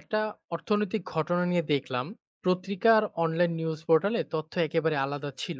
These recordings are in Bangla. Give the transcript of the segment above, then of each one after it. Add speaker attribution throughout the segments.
Speaker 1: একটা অর্থনৈতিক ঘটনা নিয়ে দেখলাম, পত্রিকা আর অনলাইন নিউজ পোর্টালে তথ্য একেবারে আলাদা ছিল।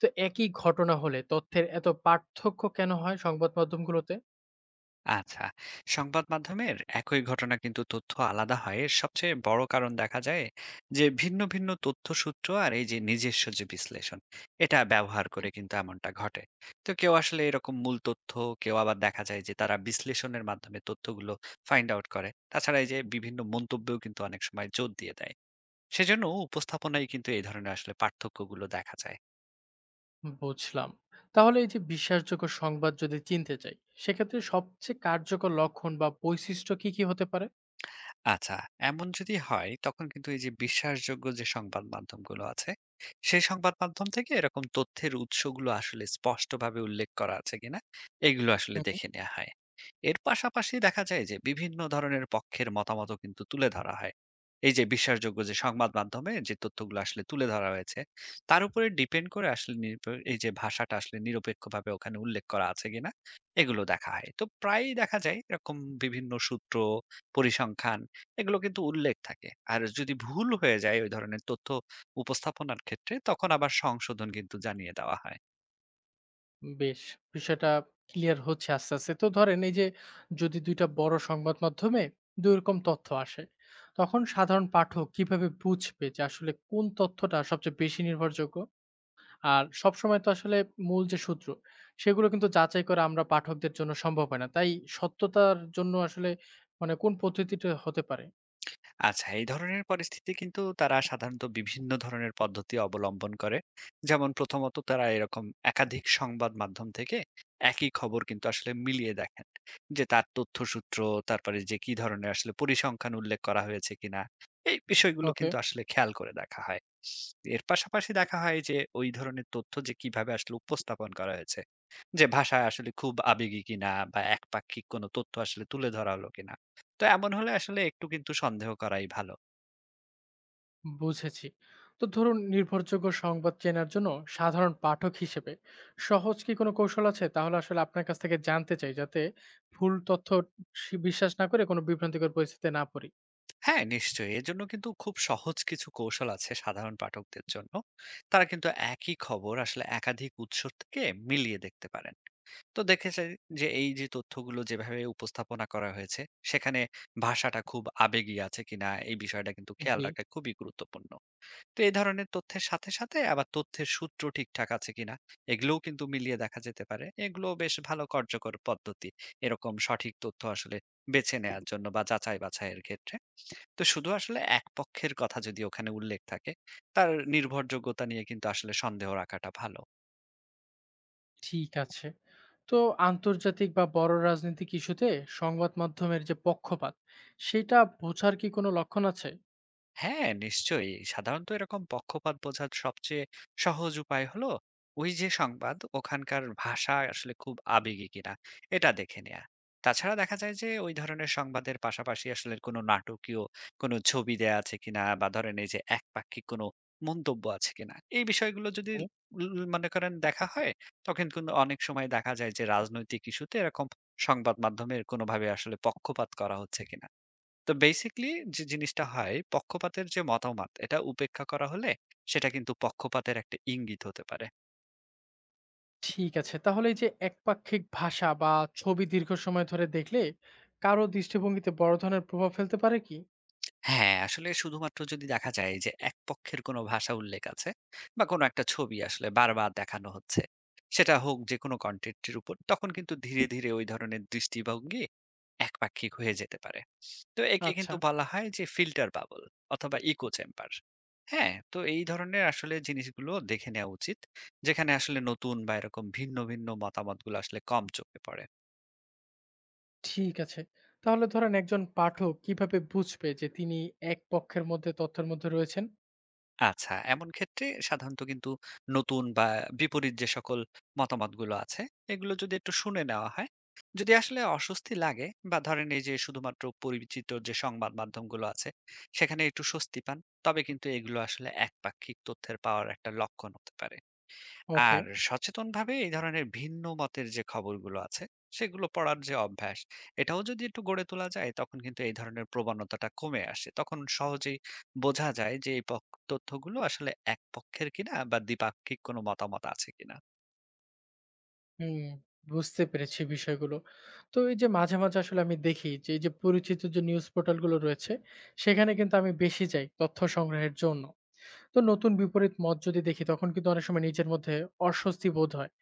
Speaker 1: তো একই ঘটনা হলে তথ্যের এত পার্থক্য কেন হয় সংবাদ মাধ্যমগুলোতে?
Speaker 2: আচ্ছা, সংবাদ মাধ্যমের একই ঘটনা কিন্তু তথ্য আলাদা হয়, এর সবচেয়ে বড় কারণ দেখা যায় যে ভিন্ন ভিন্ন তথ্য সূত্র আর এই যে নিজস্ব যে বিশ্লেষণ এটা ব্যবহার করে কিন্তু এমনটা ঘটে। তো কেউ আসলে এরকম মূল তথ্য, কেউ আবার দেখা যায় যে তারা বিশ্লেষণের মাধ্যমে তথ্যগুলো ফাইন্ড আউট করে। তাছাড়া এই যে বিভিন্ন মন্তব্যও কিন্তু অনেক সময় জোর দিয়ে দেয়, সেজন্য উপস্থাপনায় কিন্তু এই ধরনের আসলে পার্থক্যগুলো দেখা যায়।
Speaker 1: বুঝলাম। তাহলে এই যে বিশ্বাসযোগ্য সংবাদ যদি চিনতে চাই, সেক্ষেত্রে সবচেয়ে কার্যকর লক্ষণ বা বৈশিষ্ট্য কি কি হতে পারে?
Speaker 2: আচ্ছা, এমন যদি হয় তখন কিন্তু এই যে বিশ্বাসযোগ্য যে সংবাদ মাধ্যমগুলো আছে, সেই সংবাদ মাধ্যম থেকে এরকম তথ্যের উৎসগুলো আসলে স্পষ্টভাবে উল্লেখ করা আছে কিনা, এগুলো আসলে দেখে নেয়া হয়। এর পাশাপাশি দেখা যায় যে বিভিন্ন ধরনের পক্ষের মতামতও কিন্তু তুলে ধরা হয়। এই যে বিশ্বাসযোগ্য যে সংবাদ মাধ্যমে যে তথ্যগুলো আসলে তুলে ধরা হয়েছে, তার উপরে ডিপেন্ড করে আসলে এই যে ভাষাটা আসলে নিরপেক্ষভাবে ওখানে উল্লেখ করা আছে কিনা, এগুলো দেখা হয়। তো প্রায়ই দেখা যায় এরকম বিভিন্ন সূত্র, পরিসংখ্যান, এগুলো কিন্তু উল্লেখ থাকে। আর যদি ভুল হয়ে যায় ওই ধরনের তথ্য উপস্থাপনার ক্ষেত্রে, তখন আবার সংশোধন কিন্তু জানিয়ে দেওয়া হয়।
Speaker 1: বেশ! বিষয়টা ক্লিয়ার হচ্ছে আস্তে, আস্তে। তো ধরেন এই যে, যদি ২ টা বড় সংবাদ মাধ্যমে ২ রকম তথ্য আসে, তখন সাধারণ পাঠক কিভাবে বুঝবে যে আসলে কোন তথ্যটা সবচেয়ে বেশি নির্ভরযোগ্য? আর সবসময় তো আসলে মূল যে সূত্র, সেগুলো কিন্তু যাচাই করা আমরা পাঠকদের জন্য সম্ভব হয় না। তাই সত্যতার জন্য আসলে মানে কোন পদ্ধতিটা হতে পারে?
Speaker 2: আচ্ছা, এই ধরনের পরিস্থিতি কিন্তু তারা সাধারণত বিভিন্ন ধরনের পদ্ধতি অবলম্বন করে। যেমন প্রথমত তারা এরকম একাধিক সংবাদ মাধ্যম থেকে একই খবর কিন্তু আসলে মিলিয়ে দেখেন। যে তার তথ্যসূত্র, তারপরে যে কি ধরনের আসলে পরিসংখ্যান উল্লেখ করা হয়েছে কিনা, এই বিষয়গুলো
Speaker 1: ওকে।
Speaker 2: কিন্তু আসলে খেয়াল করে দেখা হয়। এর পাশাপাশি দেখা হয় যে ওই ধরনের তথ্য যে কিভাবে আসলে উপস্থাপন করা হয়েছে। যে ভাষায় আসলে খুব আবেগী কিনা বা একপাক্ষিক কোনো তথ্য আসলে তুলে ধরা হলো কিনা। তো এমন হলে আসলে একটু কিন্তু সন্দেহ করাই ভালো।
Speaker 1: বুঝেছি। তো ধরুন নির্ভরযোগ্য সংবাদ চেনার জন্য সাধারণ পাঠক হিসেবে সহজ কি কোনো কৌশল আছে, তাহলে আসলে আপনার কাছ থেকে জানতে চাই, যাতে ভুল তথ্য বিশ্বাস না করে কোনো বিভ্রান্তিকর পরিস্থিতিতে না পড়ি।
Speaker 2: হ্যাঁ, নিশ্চয়ই। এজন্য কিন্তু খুব সহজ কিছু কৌশল আছে সাধারণ পাঠকদের জন্য। তারা কিন্তু একই খবর আসলে একাধিক উৎস থেকে মিলিয়ে দেখতে পারেন। তো দেখেছে যে এই যে তথ্যগুলো যেভাবে উপস্থাপনা করা হয়েছে, সেখানে ভাষাটা খুব আবেগী আছে কিনা এই বিষয়টা কিন্তু খেয়াল
Speaker 1: জি।
Speaker 2: রাখা খুবই গুরুত্বপূর্ণ। তো এই ধরনের তথ্যের সাথে সাথে আবার তথ্যের সূত্র ঠিকঠাক আছে কিনা, এগুলোও কিন্তু মিলিয়ে দেখা যেতে পারে। এগুলো বেশ ভালো কার্যকর পদ্ধতি এরকম সঠিক তথ্য আসলে বেছে নেয়ার জন্য বা যাচাই-বাছাইয়ের ক্ষেত্রে। তো শুধু আসলে এক পক্ষের কথা যদি ওখানে উল্লেখ থাকে, তার নির্ভরযোগ্যতা নিয়ে কিন্তু আসলে সন্দেহ রাখাটা ভালো।
Speaker 1: ঠিক আছে। তো আন্তর্জাতিক বা বড় রাজনৈতিক ইস্যুতে সংবাদ মাধ্যমের যে পক্ষপাত, সেটা বোঝার কি কোনো লক্ষণ আছে?
Speaker 2: হ্যাঁ, নিশ্চয়ই। সাধারণত এরকম পক্ষপাত বোঝার সবচেয়ে সহজ উপায় হলো ওই যে সংবাদ ওখানকার ভাষা আসলে খুব আবেগী কিনা এটা দেখে নেয়া। তাছাড়া দেখা যায় যে ওই ধরনের সংবাদের পাশাপাশি আসলে কোনো নাটকীয় কোনো ছবি দেয়া আছে কিনা, বা ধরেন এই যে একপাক্ষিক কোনো মন্তব্য আছে কিনা, এই বিষয়গুলো যদি
Speaker 1: হুম।
Speaker 2: উল উল মনে করেন দেখা হয়, তখন কিন্তু অনেক সময় দেখা যায় যে রাজনৈতিক ইস্যুতে এরকম সংবাদ মাধ্যমের কোনোভাবে আসলে পক্ষপাত করা হচ্ছে কিনা। তো বেসিক্যালি যে জিনিসটা হয়, পক্ষপাতের যে মতামত এটা উপেক্ষা করা হলে সেটা কিন্তু পক্ষপাতের একটা ইঙ্গিত হতে পারে।
Speaker 1: ঠিক আছে, তাহলে এই যে একপাক্ষিক ভাষা বা ছবি দীর্ঘ সময় ধরে দেখলে কারো দৃষ্টিভঙ্গিতে বড় ধরনের প্রভাব ফেলতে পারে কি?
Speaker 2: হ্যাঁ, আসলে শুধুমাত্র যদি দেখা যায় যে এক পক্ষের কোনো ভাষা উল্লেখ আছে বা কোনো একটা ছবি আসলে বারবার দেখানো হচ্ছে, সেটা হোক যে কোনো কন্টেন্টের উপর, তখন কিন্তু ধীরে ধীরে ওই ধরনের দৃষ্টিভঙ্গি একপাক্ষিক হয়ে যেতে পারে। তো একে
Speaker 1: আচ্ছা।
Speaker 2: কিন্তু বলা হয় যে ফিল্টার বাবল অথবা ইকো চেম্বার। হ্যাঁ, তো এই ধরনের আসলে জিনিসগুলো দেখে নেওয়া উচিত, যেখানে আসলে নতুন বা এরকম ভিন্ন ভিন্ন মতামতগুলো আসলে কম চোখে পড়ে।
Speaker 1: ঠিক আছে। তাহলে ধরেন একজন পাঠক কিভাবে বুঝবে যে তিনি এক পক্ষের মধ্যে তথ্যের মধ্যে রয়েছেন?
Speaker 2: আচ্ছা, এমন ক্ষেত্রে সাধারণত কিন্তু নতুন বা বিপরীত যে সকল মতামতগুলো আছে, এগুলো যদি একটু শুনে নেওয়া হয়, যদি আসলে অস্বস্তি লাগে বা ধরেন এই যে শুধুমাত্র পরিচিত যে সংবাদ মাধ্যমগুলো আছে, সেখানে একটু স্বস্তি পান, তবে কিন্তু এগুলো আসলে একপাক্ষিক তথ্যের পাওয়ার একটা লক্ষণ হতে পারে।
Speaker 1: ওকে।
Speaker 2: আর সচেতনভাবে এই ধরনের ভিন্ন মতের যে খবরগুলো আছে সেগুলো পড়ার যে অভ্যাস, এটাও যদি একটু গড়ে তোলা যায় তখন কিন্তু এই ধরনের প্রবণতাটা কমে আসে। তখন সহজেই বোঝা যায় যে এই তথ্যগুলো আসলে এক পক্ষের কিনা বা দ্বিপাক্ষিক কোনো মতামত আছে কিনা।
Speaker 1: হুম, বুঝতে পেরেছি বিষয়গুলো। তো এই যে মাঝে, মাঝে আসলে আমি দেখি যে এই যে পরিচিত যে নিউজ পোর্টালগুলো রয়েছে, সেখানে কিন্তু আমি বেশি যাই তথ্য সংগ্রহের জন্য। তো নতুন বিপরীত মত যদি দেখি তখন কিন্তু অনেক সময় নিজের মধ্যে অস্বস্তি বোধ হয়।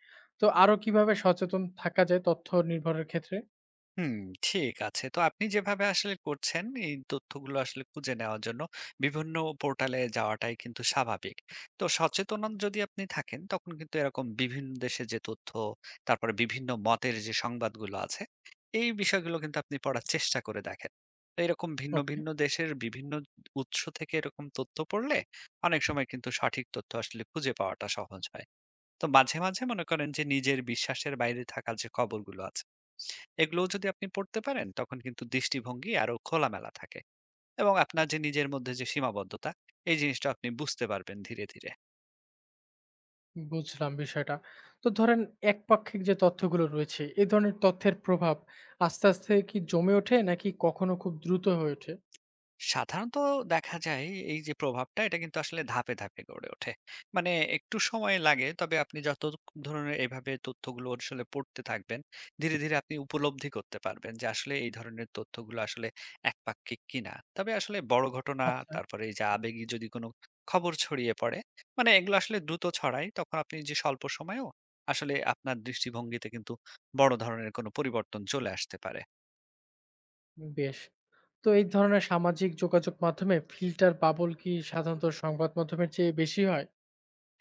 Speaker 1: তো আরো কিভাবে সচেতন থাকা যায় তথ্য নির্ভরের ক্ষেত্রে?
Speaker 2: হুম, ঠিক আছে। তো আপনি যেভাবে আসলে করছেন এই তথ্যগুলো আসলে খুঁজে নেওয়ার জন্য বিভিন্ন পোর্টালে যাওয়াটাই কিন্তু স্বাভাবিক। তো সচেতন যদি আপনি থাকেন তখন কিন্তু এরকম বিভিন্ন দেশে যে তথ্য, তারপরে বিভিন্ন মতের যে সংবাদগুলো আছে, এই বিষয়গুলো কিন্তু আপনি পড়ার চেষ্টা করে দেখেন। তো এরকম ভিন্ন
Speaker 1: ওকে।
Speaker 2: ভিন্ন দেশের বিভিন্ন উৎস থেকে এরকম তথ্য পড়লে অনেক সময় কিন্তু সঠিক তথ্য আসলে খুঁজে পাওয়াটা সহজ হয়। তো মাঝে মাঝে মনে করেন যে নিজের বিশ্বাসের বাইরে থাকা যে খবরগুলো আছে, এগুলোও যদি আপনি পড়তে পারেন তখন কিন্তু দৃষ্টিভঙ্গি আরো খোলামেলা থাকে এবং আপনার যে নিজের মধ্যে যে সীমাবদ্ধতা, এই জিনিসটা আপনি বুঝতে পারবেন ধীরে ধীরে।
Speaker 1: বুঝলাম বিষয়টা। তো ধরেন একপাক্ষিক যে তথ্যগুলো রয়েছে, এ ধরনের তথ্যের প্রভাব আস্তে, আস্তে কি জমে ওঠে নাকি কখনো খুব দ্রুত হয়ে ওঠে?
Speaker 2: সাধারণত দেখা যায়, এই যে প্রভাবটা এটা কিন্তু আসলে ধাপে ধাপে গড়ে ওঠে, মানে একটু সময় লাগে। তবে আপনি যত ধরনের এভাবে তথ্যগুলো আসলে পড়তে থাকবেন, ধীরে ধীরে আপনি উপলব্ধি করতে পারবেন যে আসলে এই ধরনের তথ্যগুলো আসলে একপাক্ষিক কিনা। তবে আসলে বড় ঘটনা,
Speaker 1: আচ্ছা।
Speaker 2: তারপরে এই যে আবেগী যদি কোনো খবর ছড়িয়ে পড়ে, মানে এগুলো আসলে দ্রুত ছড়ায়, তখন আপনি যে স্বল্প সময়েও আসলে আপনার দৃষ্টিভঙ্গিতে কিন্তু বড় ধরনের কোনো পরিবর্তন চলে আসতে পারে।
Speaker 1: বেশ। তো এই ধরনের সামাজিক যোগাযোগ মাধ্যমে ফিল্টার বাবল কি সাধারণত সংবাদ মাধ্যমের চেয়ে বেশি হয়?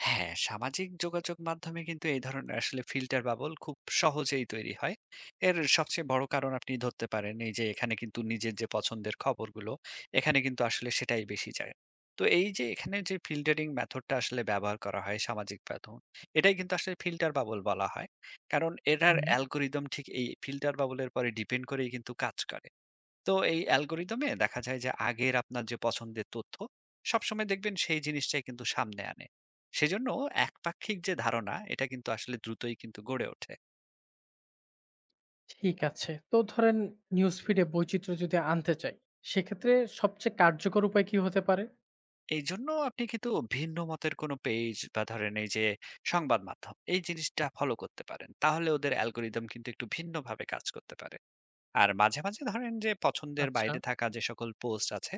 Speaker 2: হ্যাঁ, সামাজিক যোগাযোগ মাধ্যমে কিন্তু এই ধরনের আসলে ফিল্টার বাবল খুব সহজেই তৈরি হয়। এর সবচেয়ে বড় কারণ আপনি ধরতে পারেন, এই যে এখানে কিন্তু নিজের যে পছন্দের খবরগুলো, এখানে কিন্তু আসলে সেটাই বেশি যায়। তো এই যে এখানে যে ফিল্টারিং মেথডটা আসলে ব্যবহার করা হয় সামাজিক মাধ্যম, এটাই কিন্তু আসলে ফিল্টার বাবল বলা হয়। কারণ এটার
Speaker 1: হুম।
Speaker 2: অ্যালগরিদম ঠিক এই ফিল্টার বাবল এর পরে ডিপেন্ড করেই কিন্তু কাজ করে। তো এই অ্যালগরিদমে দেখা যায় যে আগের আপনার যে পছন্দের তথ্য, সবসময় দেখবেন সেই জিনিসটাই কিন্তু সামনে আনে। সেজন্য একপাক্ষিক যে ধারণা এটা কিন্তু আসলে দ্রুতই কিন্তু গড়ে ওঠে।
Speaker 1: ঠিক আছে। তো ধরেন নিউজ ফিডে বৈচিত্র্য যদি আনতে চাই, সেক্ষেত্রে সবচেয়ে কার্যকর উপায় কি হতে পারে?
Speaker 2: এই জন্য আপনি কিন্তু ভিন্ন মতের কোনো পেজ বা ধরেন এই যে সংবাদ মাধ্যম এই জিনিসটা ফলো করতে পারেন, তাহলে ওদের অ্যালগরিদম কিন্তু একটু ভিন্নভাবে কাজ করতে পারে। আর মাঝে মাঝে ধরেন যে পছন্দের
Speaker 1: আচ্ছা।
Speaker 2: বাইরে থাকা যে সকল পোস্ট আছে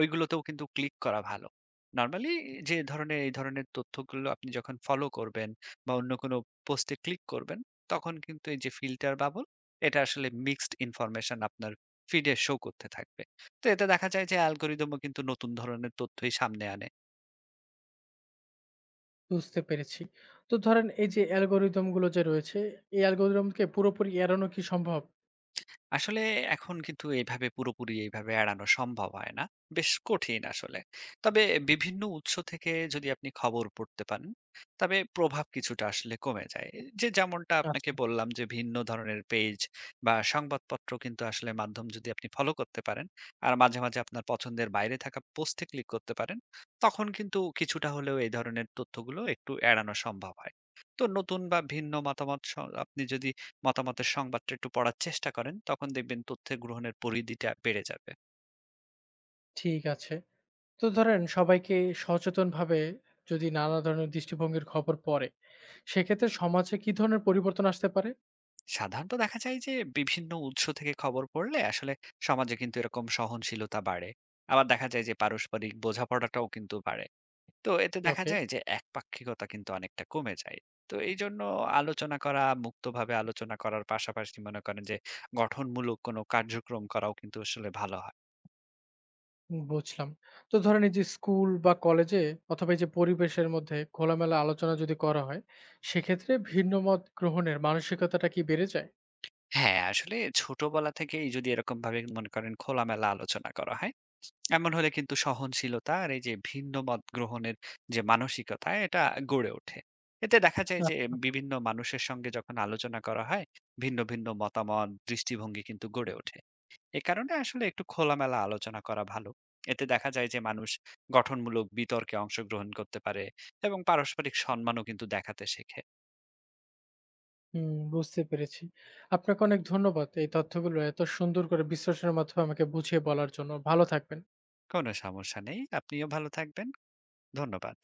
Speaker 2: ওইগুলোতেও কিন্তু ক্লিক করা ভালো। নরমালি যে ধরনের এই ধরনের তথ্যগুলো আপনি যখন ফলো করবেন বা অন্য কোনো পোস্টে ক্লিক করবেন, তখন কিন্তু এই যে ফিল্টার বাবল, এটা আসলে মিক্সড ইনফরমেশন আপনার ফিডে শো করতে থাকবে। তো এতে দেখা যায় যে অ্যালগরিদমও কিন্তু নতুন ধরনের তথ্যই সামনে আনে।
Speaker 1: বুঝতে পেরেছি। তো ধরেন এই যে অ্যালগরিদম গুলো যে রয়েছে, এই অ্যালগরিদমকে পুরোপুরি এড়ানো কি সম্ভব?
Speaker 2: আসলে এখন কিন্তু এভাবে পুরোপুরি এইভাবে এড়ানো সম্ভব হয় না। বেশ কঠিন আসলে। তবে বিভিন্ন উৎস থেকে যদি আপনি খবর পড়তে পারেন, তবে প্রভাব কিছুটা আসলে কমে যায়। যে যেমনটা
Speaker 1: আচ্ছা,
Speaker 2: আপনাকে বললাম, যে ভিন্ন ধরনের পেজ বা সংবাদপত্র কিন্তু আসলে মাধ্যম যদি আপনি ফলো করতে পারেন, আর মাঝে মাঝে আপনার পছন্দের বাইরে থাকা পোস্টে ক্লিক করতে পারেন, তখন কিন্তু কিছুটা হলেও এই ধরনের তথ্যগুলো একটু এড়ানো সম্ভব হয়। তো নতুন বা ভিন্ন মতামত স আপনি যদি মতামতের সংবাদটা একটু পড়ার চেষ্টা করেন তখন দেখবেন তথ্যের গ্রহণের পরিধিটা বেড়ে যাবে।
Speaker 1: ঠিক আছে। তো ধরেন সবাইকে সচেতনভাবে যদি নানা ধরনের দৃষ্টিভঙ্গির খবর পড়ে, সেক্ষেত্রে সমাজে কি ধরনের পরিবর্তন আসতে পারে?
Speaker 2: সাধারণত দেখা যায় যে বিভিন্ন উৎস থেকে খবর পড়লে আসলে সমাজে কিন্তু এরকম সহনশীলতা বাড়ে। আবার দেখা যায় যে পারস্পরিক বোঝাপড়াটাও কিন্তু বাড়ে। তো এতে দেখা
Speaker 1: ওকে।
Speaker 2: যায় যে একপাক্ষিকতা কিন্তু অনেকটা কমে যায়। তো এই জন্য আলোচনা করা, মুক্তভাবে আলোচনা করার পাশাপাশি মনে করেন যে গঠনমূলক কোনো কার্যক্রম করাও কিন্তু আসলে ভালো হয়।
Speaker 1: বুঝলাম। তো ধরেন এই যে স্কুল বা কলেজে অথবা এই যে পরিবেশের মধ্যে খোলামেলা আলোচনা যদি করা হয়, সেক্ষেত্রে ভিন্ন মত গ্রহণের মানসিকতাটা কি বেড়ে যায়?
Speaker 2: হ্যাঁ, আসলে ছোটবেলা থেকেই যদি এরকম ভাবে মনে করেন খোলামেলা আলোচনা করা হয়, এমন হলে কিন্তু সহনশীলতা আর এই যে ভিন্ন মত গ্রহণের যে মানসিকতা, এটা গড়ে ওঠে। এতে দেখা যায় যে
Speaker 1: আচ্ছা।
Speaker 2: বিভিন্ন মানুষের সঙ্গে যখন আলোচনা করা হয় ভিন্ন ভিন্ন মতামত দৃষ্টিভঙ্গি কিন্তু গড়ে ওঠে। এ কারণে আসলে একটু খোলামেলা আলোচনা করা ভালো। এতে দেখা যায় যে মানুষ গঠনমূলক বিতর্কে অংশগ্রহণ করতে পারে এবং পারস্পরিক সম্মানও কিন্তু দেখাতে শেখে।
Speaker 1: হুম, বুঝতে পেরেছি। আপনাকে অনেক ধন্যবাদ এই তথ্যগুলো এত সুন্দর করে বিশ্লেষণের মাধ্যমে আমাকে বুঝিয়ে বলার জন্য। ভালো থাকবেন।
Speaker 2: কোনো সমস্যা নেই, আপনিও ভালো থাকবেন। ধন্যবাদ।